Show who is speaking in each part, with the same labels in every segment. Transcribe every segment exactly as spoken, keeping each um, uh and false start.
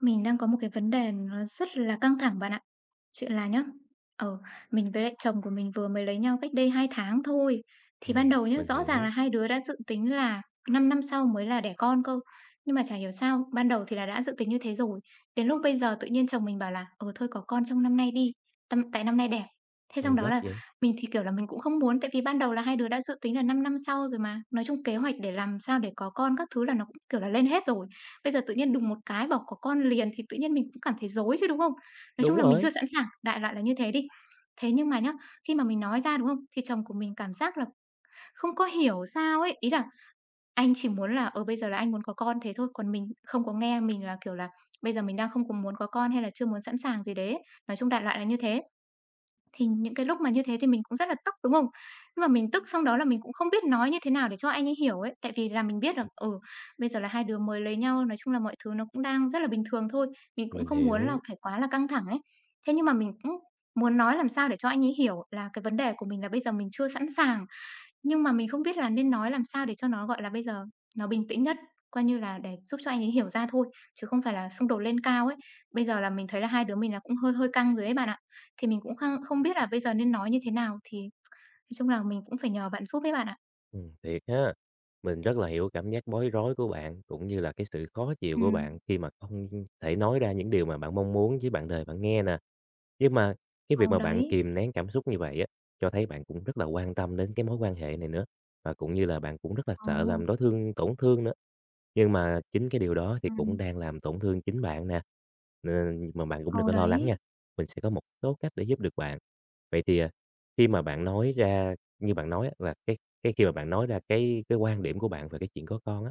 Speaker 1: Mình đang có một cái vấn đề nó rất là căng thẳng bạn ạ. Chuyện là nhá, ờ, mình với lại chồng của mình vừa mới lấy nhau cách đây hai tháng thôi. Thì ban
Speaker 2: Ừm,
Speaker 1: đầu nhá,
Speaker 2: mình
Speaker 1: rõ ràng là
Speaker 2: hiểu.
Speaker 1: hai đứa đã dự tính là 5 năm sau mới là đẻ con cơ. Nhưng mà chả hiểu sao, ban đầu thì là đã dự tính như thế rồi. Đến lúc bây giờ tự nhiên chồng mình bảo là "Ờ, thôi có con trong năm nay đi, tâm tại năm nay đẻ." Thế xong
Speaker 2: Ôi,
Speaker 1: đó
Speaker 2: gấp
Speaker 1: là
Speaker 2: vậy?
Speaker 1: mình thì, kiểu là, mình cũng không muốn, tại vì ban đầu là hai đứa đã dự tính là 5 năm sau rồi mà. Nói chung kế hoạch để làm sao để có con các thứ là nó cũng, kiểu là, lên hết rồi. Bây giờ tự nhiên đùng một cái bảo có con liền thì tự nhiên mình cũng cảm thấy rối chứ, đúng không? Nói chung
Speaker 2: Đúng
Speaker 1: là mình chưa
Speaker 2: rồi.
Speaker 1: sẵn sàng, đại loại là như thế đi. Thế nhưng mà nhá, khi mà mình nói ra, đúng không? Thì chồng của mình cảm giác là không có hiểu sao ấy, ý là anh chỉ muốn là, ờ, bây giờ là anh muốn có con thế thôi, còn mình không có nghe mình là, kiểu là, bây giờ mình đang không có muốn có con hay là chưa muốn sẵn sàng gì đấy ấy. Nói chung đại loại là như thế. Thì những cái lúc mà như thế thì mình cũng rất là tức, đúng không? Nhưng mà mình tức xong đó là mình cũng không biết nói như thế nào để cho anh ấy hiểu ấy, tại vì là mình biết là, ừ, bây giờ là hai đứa mới lấy nhau, nói chung là mọi thứ nó cũng đang rất là bình thường thôi, mình cũng
Speaker 2: Mình
Speaker 1: không muốn là
Speaker 2: hiểu.
Speaker 1: phải quá là căng thẳng ấy. Thế nhưng mà mình cũng muốn nói làm sao để cho anh ấy hiểu là cái vấn đề của mình là bây giờ mình chưa sẵn sàng. Nhưng mà mình không biết là nên nói làm sao để cho nó, gọi là, bây giờ nó bình tĩnh nhất, coi như là để giúp cho anh ấy hiểu ra thôi, chứ không phải là xung đột lên cao ấy. Bây giờ là mình thấy là hai đứa mình là cũng hơi hơi căng rồi ấy bạn ạ. Thì mình cũng khăng không biết là bây giờ nên nói như thế nào, thì nói chung là mình cũng phải nhờ bạn giúp ấy bạn ạ.
Speaker 2: Ừm, thiệt ha. Mình rất là hiểu cảm giác bối rối của bạn, cũng như là cái sự khó chịu của bạn
Speaker 1: Ừm.
Speaker 2: khi mà không thể nói ra những điều mà bạn mong muốn với bạn đời bạn nghe nè. Nhưng mà cái việc
Speaker 1: Ừ,
Speaker 2: mà bạn
Speaker 1: đấy.
Speaker 2: kìm nén cảm xúc như vậy á, cho thấy bạn cũng rất là quan tâm đến cái mối quan hệ này nữa, và cũng như là bạn cũng rất là sợ
Speaker 1: Ừ.
Speaker 2: làm đối thương tổn thương nữa. Nhưng mà chính cái điều đó thì cũng
Speaker 1: Ừm.
Speaker 2: đang làm tổn thương chính bạn nè, nên mà bạn cũng đừng
Speaker 1: Ừ,
Speaker 2: có lo lắng nha.
Speaker 1: đấy.
Speaker 2: Mình sẽ có một số cách để giúp được bạn. Vậy thì, à, khi mà bạn nói ra như bạn nói á là cái cái khi mà bạn nói ra cái cái quan điểm của bạn về cái chuyện có con á,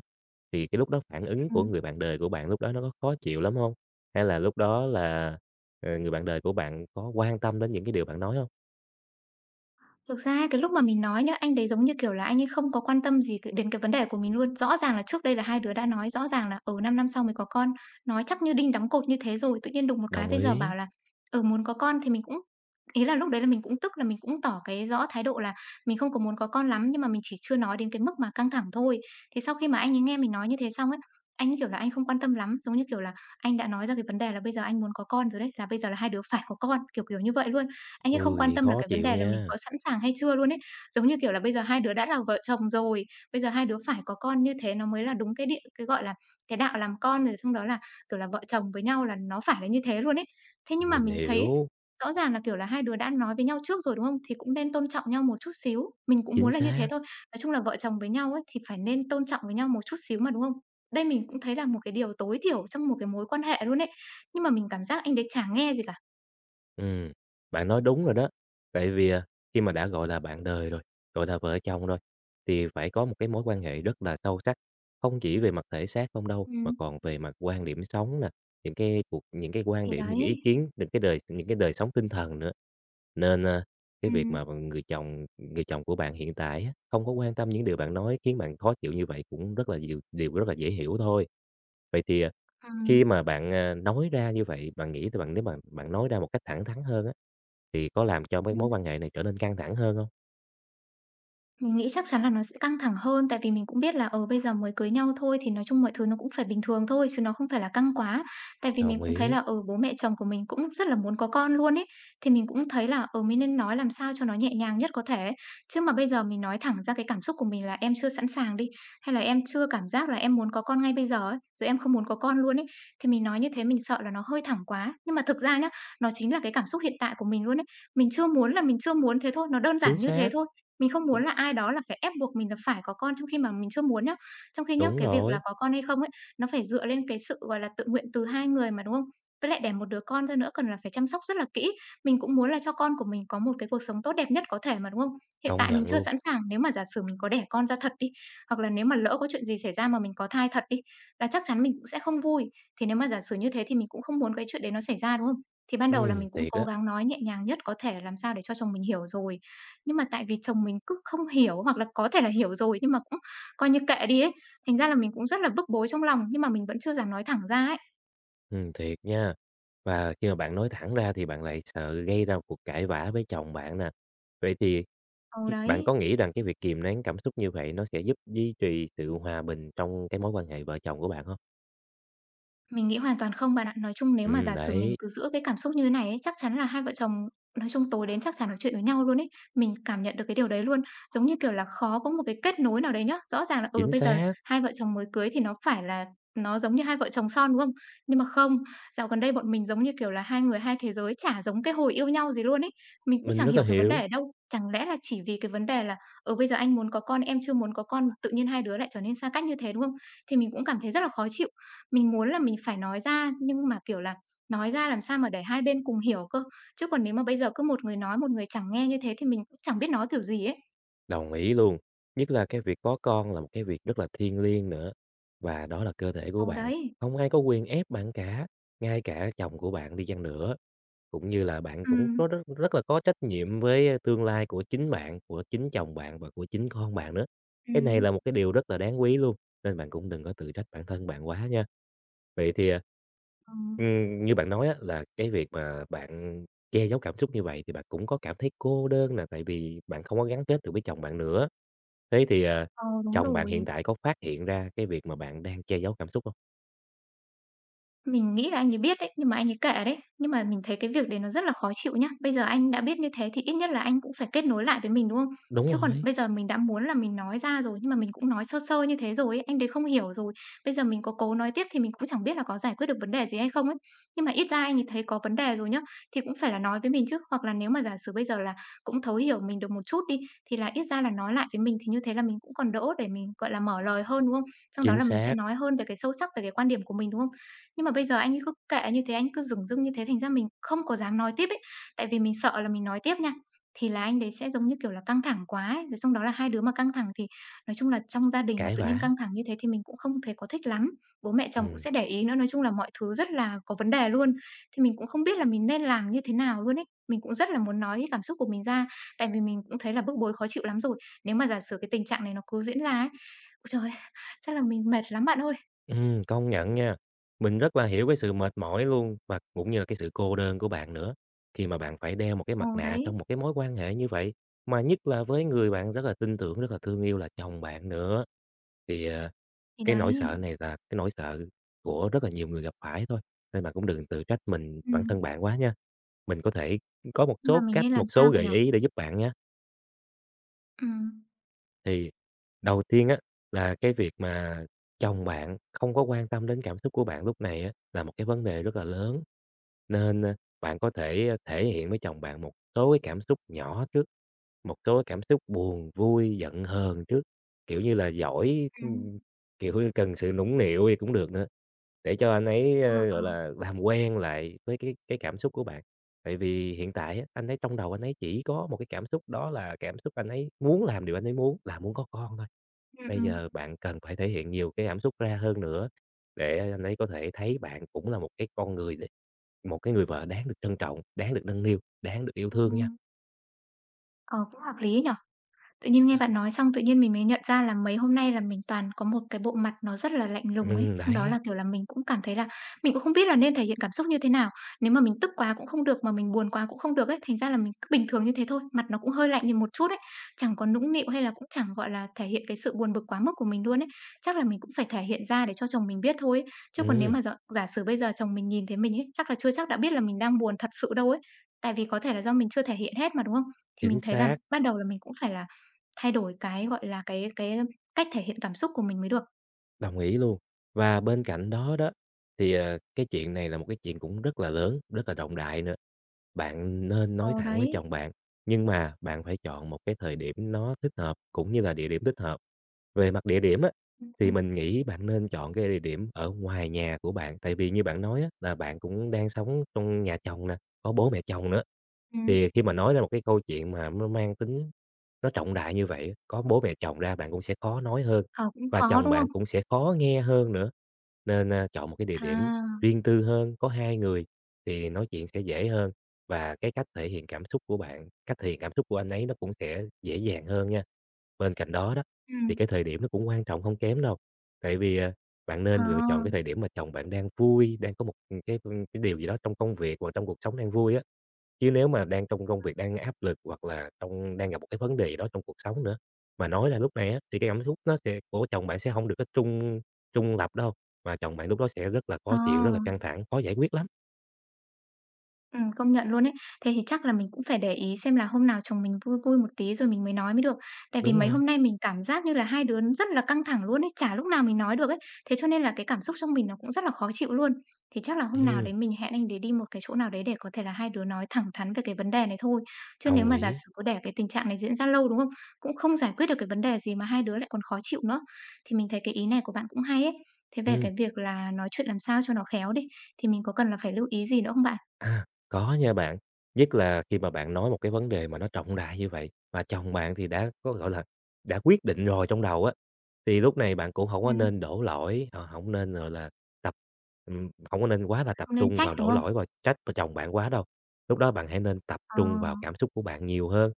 Speaker 2: thì cái lúc đó phản ứng của
Speaker 1: Ừm.
Speaker 2: người bạn đời của bạn lúc đó nó có khó chịu lắm hông? Hay là lúc đó là, ờ, người bạn đời của bạn có quan tâm đến những cái điều bạn nói hông?
Speaker 1: Thực ra cái lúc mà mình nói nhá, anh đấy giống như, kiểu là, anh ấy không có quan tâm gì c đến cái vấn đề của mình luôn. Rõ ràng là trước đây là hai đứa đã nói rõ ràng là, ở 5 năm năm sau mới có con, nói chắc như đinh đóng cột như thế rồi, tự nhiên đùng một cái
Speaker 2: Đồng
Speaker 1: bây giờ
Speaker 2: ý.
Speaker 1: bảo là, ở muốn có con thì mình cũng ý là lúc đấy là mình cũng tức là mình cũng tỏ cái rõ thái độ là mình không có muốn có con lắm, nhưng mà mình chỉ chưa nói đến cái mức mà căng thẳng thôi. Thì sau khi mà anh ấy nghe mình nói như thế xong ấy, anh ấy, kiểu là, anh không quan tâm lắm, giống như, kiểu là, anh đã nói ra cái vấn đề là bây giờ anh muốn có con rồi đấy, là bây giờ là hai đứa phải có con, kiểu, kiểu như vậy luôn. Anh ấy không quan
Speaker 2: Ôi,
Speaker 1: tâm là
Speaker 2: khó
Speaker 1: cái vấn
Speaker 2: chịu
Speaker 1: đề là mình
Speaker 2: nha.
Speaker 1: có sẵn sàng hay chưa luôn ấy. Giống như, kiểu là, bây giờ hai đứa đã là vợ chồng rồi, bây giờ hai đứa phải có con như thế nó mới là đúng cái địa cái, gọi là, cái đạo làm con, rồi xong đó là, kiểu là, vợ chồng với nhau là nó phải là như thế luôn ấy. Thế nhưng mà
Speaker 2: Mình
Speaker 1: mình thấy
Speaker 2: hiểu.
Speaker 1: rõ ràng là, kiểu là, hai đứa đã nói với nhau trước rồi, đúng không? Thì cũng nên tôn trọng nhau một chút xíu. Mình cũng
Speaker 2: Chính
Speaker 1: muốn là như thế
Speaker 2: xác.
Speaker 1: thôi. Nói chung là vợ chồng với nhau ấy thì phải nên tôn trọng với nhau một chút xíu mà, đúng không? Đây mình cũng thấy là một cái điều tối thiểu trong một cái mối quan hệ luôn ấy. Nhưng mà mình cảm giác anh đấy chả nghe gì cả.
Speaker 2: Ừm, bạn nói đúng rồi đó. Tại vì, à, khi mà đã gọi là bạn đời rồi, gọi là vợ chồng rồi, thì phải có một cái mối quan hệ rất là sâu sắc, không chỉ về mặt thể xác không đâu, mà
Speaker 1: Ừm.
Speaker 2: còn về mặt quan điểm sống nè, những cái cuộc những cái quan
Speaker 1: Thì
Speaker 2: điểm, những ý
Speaker 1: đấy.
Speaker 2: kiến, những cái đời những cái đời sống tinh thần nữa. Nên, a, cái việc
Speaker 1: Ừm,
Speaker 2: mà người chồng người chồng của bạn hiện tại á, không có quan tâm những điều bạn nói khiến bạn khó chịu như vậy cũng rất là điều điều rất là dễ hiểu thôi. Vậy thì, à,
Speaker 1: ừm,
Speaker 2: khi mà bạn, à, nói ra như vậy, bạn nghĩ thì bạn nếu mà bạn nói ra một cách thẳng thắn hơn á, thì có làm cho mấy mối
Speaker 1: ừm.
Speaker 2: quan hệ này trở nên căng thẳng hơn hông?
Speaker 1: Mình nghĩ chắc chắn là nó sẽ căng thẳng hơn, tại vì mình cũng biết là, ờ, bây giờ mới cưới nhau thôi thì nói chung mọi thứ nó cũng phải bình thường thôi, chứ nó không phải là căng quá. Tại vì mình
Speaker 2: Đồng
Speaker 1: cũng thấy
Speaker 2: ý.
Speaker 1: là, ừ, bố mẹ chồng của mình cũng rất là muốn có con luôn ấy, thì mình cũng thấy là, ừ, mình nên nói làm sao cho nó nhẹ nhàng nhất có thể ấy. Chứ mà bây giờ mình nói thẳng ra cái cảm xúc của mình là "Em chưa sẵn sàng" đi, hay là "Em chưa cảm giác là em muốn có con ngay bây giờ" ấy, rồi "Em không muốn có con luôn" ấy, thì mình nói như thế mình sợ là nó hơi thẳng quá. Nhưng mà thực ra nhá, nó chính là cái cảm xúc hiện tại của mình luôn ấy. Mình chưa muốn là mình chưa muốn thế thôi, nó đơn
Speaker 2: Chính
Speaker 1: giản như thế
Speaker 2: xác.
Speaker 1: thôi. Mình không
Speaker 2: đúng
Speaker 1: muốn là ai đó là phải ép buộc mình là phải có con trong khi mà mình chưa muốn nhá. Trong khi nhá,
Speaker 2: đúng
Speaker 1: cái việc là
Speaker 2: rồi.
Speaker 1: có con hay không ấy, nó phải dựa lên cái sự, gọi là, tự nguyện từ hai người mà, đúng không? Với lại đẻ một đứa con ra nữa cần là phải chăm sóc rất là kỹ. Mình cũng muốn là cho con của mình có một cái cuộc sống tốt đẹp nhất có thể mà, đúng không? Hiện
Speaker 2: Công
Speaker 1: tại mình
Speaker 2: nhận
Speaker 1: chưa
Speaker 2: luôn.
Speaker 1: sẵn sàng, nếu mà giả sử mình có đẻ con ra thật đi, hoặc là nếu mà lỡ có chuyện gì xảy ra mà mình có thai thật đi, là chắc chắn mình cũng sẽ không vui. Thì nếu mà giả sử như thế thì mình cũng không muốn cái chuyện đấy nó xảy ra, đúng không? Thì ban đầu là
Speaker 2: Ừm,
Speaker 1: mình cũng
Speaker 2: thiệt
Speaker 1: cố
Speaker 2: á.
Speaker 1: gắng nói nhẹ nhàng nhất có thể làm sao để cho chồng mình hiểu rồi. Nhưng mà tại vì chồng mình cứ không hiểu, hoặc là có thể là hiểu rồi nhưng mà cũng coi như kệ đi ấy, thành ra là mình cũng rất là bức bối trong lòng, nhưng mà mình vẫn chưa dám nói thẳng ra ấy.
Speaker 2: Ừm, thiệt nha. Và khi mà bạn nói thẳng ra thì bạn lại sợ gây ra một cuộc cãi vã với chồng bạn nè. Vậy thì
Speaker 1: Ừ,
Speaker 2: khi bạn
Speaker 1: đấy.
Speaker 2: có nghĩ rằng cái việc kìm nén cảm xúc như vậy nó sẽ giúp duy trì sự hòa bình trong cái mối quan hệ vợ chồng của bạn không?
Speaker 1: Mình nghĩ hoàn toàn không bạn ạ. Nói chung nếu mà
Speaker 2: Ừm,
Speaker 1: giả sử mình
Speaker 2: đấy.
Speaker 1: cứ giữ cái cảm xúc như thế này ấy, chắc chắn là hai vợ chồng nói chung tối đến chắc chắn nói chuyện với nhau luôn ấy. Mình cảm nhận được cái điều đấy luôn. Giống như kiểu là khó có một cái kết nối nào đấy nhá. Rõ ràng là ừ
Speaker 2: Chính
Speaker 1: bây giờ
Speaker 2: xác.
Speaker 1: hai vợ chồng mới cưới thì nó phải là nó giống như hai vợ chồng son đúng không? Nhưng mà không, dạo gần đây bọn mình giống như kiểu là hai người hai thế giới chả giống cái hồi yêu nhau gì luôn ấy. Mình cũng
Speaker 2: Mình
Speaker 1: chẳng
Speaker 2: rất
Speaker 1: hiểu
Speaker 2: là
Speaker 1: cái vấn đề
Speaker 2: hiểu.
Speaker 1: ở đâu. Chẳng lẽ là chỉ vì cái vấn đề là ừ bây giờ anh muốn có con em chưa muốn có con, tự nhiên hai đứa lại trở nên xa cách như thế đúng không? Thì mình cũng cảm thấy rất là khó chịu mình muốn là mình phải nói ra, nhưng mà, kiểu là, nói ra làm sao mà để hai bên cùng hiểu cơ, chứ còn nếu mà bây giờ cứ một người nói, một người chẳng nghe như thế thì mình cũng chẳng biết nói kiểu gì ấy.
Speaker 2: Đồng ý luôn. Nhất là cái việc có con là một cái việc rất là thiêng liêng nữa. Và đó là cơ thể của
Speaker 1: Ừ,
Speaker 2: bạn.
Speaker 1: đấy.
Speaker 2: Không ai có quyền ép bạn cả, ngay cả chồng của bạn đi chăng nữa. Cũng như là bạn
Speaker 1: Ừ.
Speaker 2: cũng có rất, rất là có trách nhiệm với tương lai của chính bạn, của chính chồng bạn và của chính con bạn nữa. Cái này
Speaker 1: Ừm.
Speaker 2: là một cái điều rất là đáng quý luôn. Nên bạn cũng đừng có tự trách bản thân bạn quá nha. Vậy thì, à
Speaker 1: Ờ,
Speaker 2: ừm, như bạn nói á, là cái việc mà bạn che giấu cảm xúc như vậy thì bạn cũng có cảm thấy cô đơn là tại vì bạn không có gắn kết được với chồng bạn nữa. Thế thì, à,
Speaker 1: ờ, đúng
Speaker 2: chồng bạn
Speaker 1: rồi.
Speaker 2: hiện tại có phát hiện ra cái việc mà bạn đang che giấu cảm xúc không?
Speaker 1: Mình nghĩ là anh ấy biết đấy, nhưng mà anh ấy kệ đấy. Nhưng mà mình thấy cái việc đấy nó rất là khó chịu nhá. Bây giờ anh đã biết như thế thì ít nhất là anh cũng phải kết nối lại với mình, đúng không?
Speaker 2: Đúng
Speaker 1: Chứ còn
Speaker 2: rồi.
Speaker 1: bây giờ mình đã muốn là mình nói ra rồi, nhưng mà mình cũng nói sơ sơ như thế rồi ấy, anh đấy không hiểu rồi. Bây giờ mình có cố nói tiếp thì mình cũng chẳng biết là có giải quyết được vấn đề gì hay không ấy. Nhưng mà ít ra anh ấy thấy có vấn đề rồi nhá, thì cũng phải là nói với mình chứ. Hoặc là nếu mà giả sử bây giờ là cũng thấu hiểu mình được một chút đi, thì là ít ra là nói lại với mình thì như thế là mình cũng còn đỡ để mình, gọi là, mở lời hơn, đúng không? Xong đó
Speaker 2: Chính
Speaker 1: là mình sẽ
Speaker 2: xác.
Speaker 1: nói hơn về cái sâu sắc về cái quan điểm của mình, đúng không? Nhưng mà bây giờ anh ấy cứ kệ như thế, anh cứ dửng dưng như thế, thành ra mình không có dám nói tiếp ấy, tại vì mình sợ là mình nói tiếp nha, thì là anh đấy sẽ, giống như kiểu là, căng thẳng quá ấy, rồi xong đó là hai đứa mà căng thẳng thì nói chung là trong gia đình mà
Speaker 2: Cãi
Speaker 1: tự nhiên
Speaker 2: vã.
Speaker 1: căng thẳng như thế thì mình cũng không thấy có thích lắm. Bố mẹ chồng cũng
Speaker 2: Ừm.
Speaker 1: sẽ để ý nữa, nói chung là mọi thứ rất là có vấn đề luôn, thì mình cũng không biết là mình nên làm như thế nào luôn ấy. Mình cũng rất là muốn nói cái cảm xúc của mình ra, tại vì mình cũng thấy là bức bối khó chịu lắm rồi. Nếu mà giả sử cái tình trạng này nó cứ diễn ra ấy, ôi trời ơi, chắc là mình mệt lắm bạn ơi.
Speaker 2: Ừm, công nhận nha. Mình rất là hiểu cái sự mệt mỏi luôn và cũng như là cái sự cô đơn của bạn nữa, khi mà bạn phải đeo một cái mặt
Speaker 1: Ồ,
Speaker 2: nạ
Speaker 1: đấy,
Speaker 2: trong một cái mối quan hệ như vậy, mà nhất là với người bạn rất là tin tưởng, rất là thương yêu là chồng bạn nữa. Thì, ờ,
Speaker 1: thì
Speaker 2: cái nỗi
Speaker 1: đấy.
Speaker 2: sợ này là cái nỗi sợ của rất là nhiều người gặp phải thôi, nên bạn cũng đừng tự trách mình
Speaker 1: Ừ.
Speaker 2: bản thân bạn quá nha. Mình có thể có một
Speaker 1: Nhưng mà
Speaker 2: số
Speaker 1: mình
Speaker 2: cách,
Speaker 1: nên
Speaker 2: một
Speaker 1: làm
Speaker 2: số
Speaker 1: sao bạn
Speaker 2: gợi
Speaker 1: nhỉ?
Speaker 2: ý để giúp bạn nha.
Speaker 1: Ừm,
Speaker 2: Thì đầu tiên á, là cái việc mà chồng bạn không có quan tâm đến cảm xúc của bạn lúc này á, là một cái vấn đề rất là lớn. Nên, ơ, bạn có thể, ơ, thể hiện với chồng bạn một số cái cảm xúc nhỏ trước, một số cái cảm xúc buồn, vui, giận hờn trước, kiểu như là, giỏi,
Speaker 1: ừm.
Speaker 2: ừm, kiểu như, cần sự nũng nịu gì cũng được nữa, để cho anh ấy,
Speaker 1: Ờ,
Speaker 2: ơ,
Speaker 1: ờ.
Speaker 2: gọi là, làm quen lại với cái cái cảm xúc của bạn. Tại vì hiện tại á, anh ấy trong đầu anh ấy chỉ có một cái cảm xúc đó là cảm xúc anh ấy muốn làm điều anh ấy muốn, là muốn có con thôi.
Speaker 1: Ừm,
Speaker 2: Bây
Speaker 1: ừm.
Speaker 2: giờ bạn cần phải thể hiện nhiều cái cảm xúc ra hơn nữa, để anh ấy có thể thấy bạn cũng là một cái con người đ một cái người vợ đáng được trân trọng, đáng được nâng niu, đáng được yêu thương nha.
Speaker 1: Ừm. Ờ, cũng hợp lý nhỉ? Tự nhiên nghe
Speaker 2: Ừm.
Speaker 1: bạn nói xong tự nhiên mình mới nhận ra là mấy hôm nay là mình toàn có một cái bộ mặt nó rất là lạnh lùng ấy, xong đó
Speaker 2: Đấy.
Speaker 1: là, kiểu là, mình cũng cảm thấy là mình cũng không biết là nên thể hiện cảm xúc như thế nào. Nếu mà mình tức quá cũng không được, mà mình buồn quá cũng không được ấy, thành ra là mình cứ bình thường như thế thôi, mặt nó cũng hơi lạnh đi một chút ấy, chẳng có nũng nịu hay là cũng chẳng, gọi là, thể hiện cái sự buồn bực quá mức của mình luôn ấy. Chắc là mình cũng phải thể hiện ra để cho chồng mình biết thôi ấy, chứ còn nếu
Speaker 2: Ừm.
Speaker 1: mà giả giả sử bây giờ chồng mình nhìn thấy mình ấy, chắc là chưa chắc đã biết là mình đang buồn thật sự đâu ấy, tại vì có thể là do mình chưa thể hiện hết mà, đúng không? Thì mình
Speaker 2: Chính
Speaker 1: thấy là
Speaker 2: xác.
Speaker 1: bắt đầu là mình cũng phải là thay đổi cái, gọi là, cái cái cách thể hiện cảm xúc của mình mới được.
Speaker 2: Đồng ý luôn. Và bên cạnh đó đó, thì, ờ, cái chuyện này là một cái chuyện cũng rất là lớn, rất là trọng đại nữa. Bạn nên nói
Speaker 1: Ờ,
Speaker 2: thẳng với
Speaker 1: đấy.
Speaker 2: chồng bạn, nhưng mà bạn phải chọn một cái thời điểm nó thích hợp cũng như là địa điểm thích hợp. Về mặt địa điểm á,
Speaker 1: Ừm,
Speaker 2: thì
Speaker 1: ừm,
Speaker 2: mình nghĩ bạn nên chọn cái địa điểm ở ngoài nhà của bạn, tại vì như bạn nói á, là bạn cũng đang sống trong nhà chồng nè, có bố mẹ chồng nữa.
Speaker 1: ừm.
Speaker 2: Thì khi mà nói ra một cái câu chuyện mà nó mang tính nó trọng đại như vậy á, có bố mẹ chồng ra bạn cũng sẽ khó nói hơn
Speaker 1: Ờ, cũng
Speaker 2: và
Speaker 1: khó,
Speaker 2: chồng
Speaker 1: đúng
Speaker 2: bạn
Speaker 1: không?
Speaker 2: cũng sẽ khó nghe hơn nữa. Nên, a, chọn một cái địa điểm
Speaker 1: À,
Speaker 2: riêng tư hơn, có hai người thì nói chuyện sẽ dễ hơn. Và cái cách thể hiện cảm xúc của bạn, cách thể hiện cảm xúc của anh ấy nó cũng sẽ dễ dàng hơn nha. Bên cạnh đó đó, thì
Speaker 1: ừm,
Speaker 2: cái thời điểm nó cũng quan trọng không kém đâu. Tại vì, à, bạn
Speaker 1: ờ,
Speaker 2: nên lựa chọn cái thời điểm mà chồng bạn đang vui, đang có một, ừ, cái, ừ, cái điều gì đó trong công việc hoặc trong cuộc sống đang vui á. Chứ nếu mà đang trong công việc đang áp lực hoặc là trong đang gặp một cái vấn đề gì đó trong cuộc sống nữa, mà nói là lúc này á, thì cái cảm xúc nó sẽ của chồng bạn sẽ không được cái trung trung lập đâu, mà chồng bạn lúc đó sẽ rất là
Speaker 1: ờ.
Speaker 2: khó chịu, rất là căng thẳng, khó giải quyết lắm.
Speaker 1: Ừm, công nhận luôn ấy. Thế thì chắc là mình cũng phải để ý xem là hôm nào chồng mình vui vui một tí rồi mình mới nói mới được. Tại vì
Speaker 2: Đúng
Speaker 1: mấy
Speaker 2: rồi.
Speaker 1: hôm nay mình cảm giác như là hai đứa rất là căng thẳng luôn ấy, chả lúc nào mình nói được ấy. Thế cho nên là cái cảm xúc trong mình nó cũng rất là khó chịu luôn. Thì chắc là hôm nào
Speaker 2: Ừm.
Speaker 1: đấy mình hẹn anh để đi một cái chỗ nào đấy để có thể là hai đứa nói thẳng thắn về cái vấn đề này thôi. Chứ nếu
Speaker 2: Đồng
Speaker 1: mà giả
Speaker 2: ý.
Speaker 1: sử cứ để cái tình trạng này diễn ra lâu, đúng không? Cũng không giải quyết được cái vấn đề gì mà hai đứa lại còn khó chịu nữa. Thì mình thấy cái ý này của bạn cũng hay ấy. Thế về
Speaker 2: Ừm.
Speaker 1: cái việc là nói chuyện làm sao cho nó khéo đi, thì mình có cần là phải lưu ý gì nữa không bạn?
Speaker 2: À, có nha bạn. Nhất là khi mà bạn nói một cái vấn đề mà nó trọng đại như vậy, mà chồng bạn thì đã có, gọi là, đã quyết định rồi trong đầu á, thì lúc này bạn cũng không có
Speaker 1: Ừm.
Speaker 2: nên đổ lỗi, ờ, hổng nên, gọi là, tập ừm, hổng có nên quá là tập
Speaker 1: Không nên
Speaker 2: trung
Speaker 1: trách,
Speaker 2: vào
Speaker 1: đúng
Speaker 2: đổ
Speaker 1: không?
Speaker 2: lỗi và trách vào chồng bạn quá đâu. Lúc đó bạn hãy nên tập
Speaker 1: Ờ,
Speaker 2: trung vào cảm xúc của bạn nhiều hơn.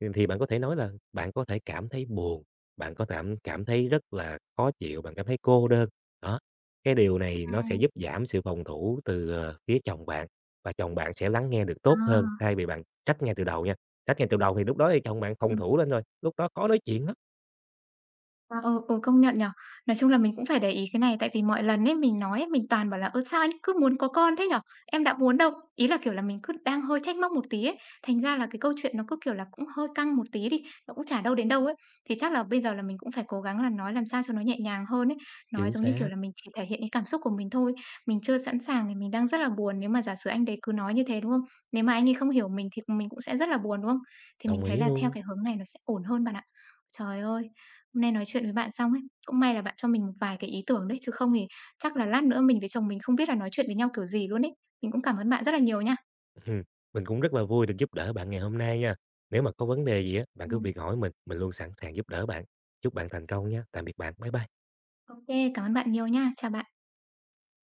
Speaker 2: Thì thì bạn có thể nói là bạn có thể cảm thấy buồn, bạn có cảm cảm thấy rất là khó chịu, bạn cảm thấy cô đơn. Đó, cái điều này nó sẽ
Speaker 1: ừm,
Speaker 2: giúp giảm sự phòng thủ từ, ờ, phía chồng bạn và chồng bạn sẽ lắng nghe được tốt hơn
Speaker 1: à,
Speaker 2: thay vì bạn trách ngay từ đầu nha. Trách ngay từ đầu thì lúc đó thì chồng bạn phòng
Speaker 1: ừm.
Speaker 2: thủ lên rồi, lúc đó khó nói chuyện lắm.
Speaker 1: À, ừ, ừ, công nhận nhở? Nói chung là mình cũng phải để ý cái này tại vì mọi lần ấy mình nói ấy, mình toàn bảo là "Ơ, sao anh cứ muốn có con thế nhở? Em đã muốn đâu." Ý là, kiểu là, mình cứ đang hơi trách móc một tí ấy, thành ra là cái câu chuyện nó cứ, kiểu là, cũng hơi căng một tí đi, nó cũng chả đâu đến đâu ấy. Thì chắc là bây giờ là mình cũng phải cố gắng là nói làm sao cho nó nhẹ nhàng hơn ấy, nói
Speaker 2: Chính
Speaker 1: giống như, kiểu
Speaker 2: xác.
Speaker 1: là, mình chỉ thể hiện cái cảm xúc của mình thôi. Mình chưa sẵn sàng thì mình đang rất là buồn, nếu mà giả sử anh đấy cứ nói như thế, đúng không? Nếu mà anh ấy không hiểu mình thì mình cũng sẽ rất là buồn, đúng không? Thì mình
Speaker 2: Đồng
Speaker 1: thấy
Speaker 2: ý
Speaker 1: là theo
Speaker 2: luôn.
Speaker 1: cái hướng này nó sẽ ổn hơn bạn ạ. Trời ơi! Hôm nay nói chuyện với bạn xong ấy, cũng may là bạn cho mình một vài cái ý tưởng đấy, chứ không thì chắc là lát nữa mình với chồng mình không biết là nói chuyện với nhau kiểu gì luôn đấy. Mình cũng cảm ơn bạn rất là nhiều nha.
Speaker 2: Ừm, mình cũng rất là vui được giúp đỡ bạn ngày hôm nay nha. Nếu mà có vấn đề gì á, bạn
Speaker 1: Ừ.
Speaker 2: cứ việc hỏi mình, mình luôn sẵn sàng giúp đỡ bạn. Chúc bạn thành công nha. Tạm biệt bạn. Bye bye.
Speaker 1: OK, cảm ơn bạn nhiều nha. Chào bạn.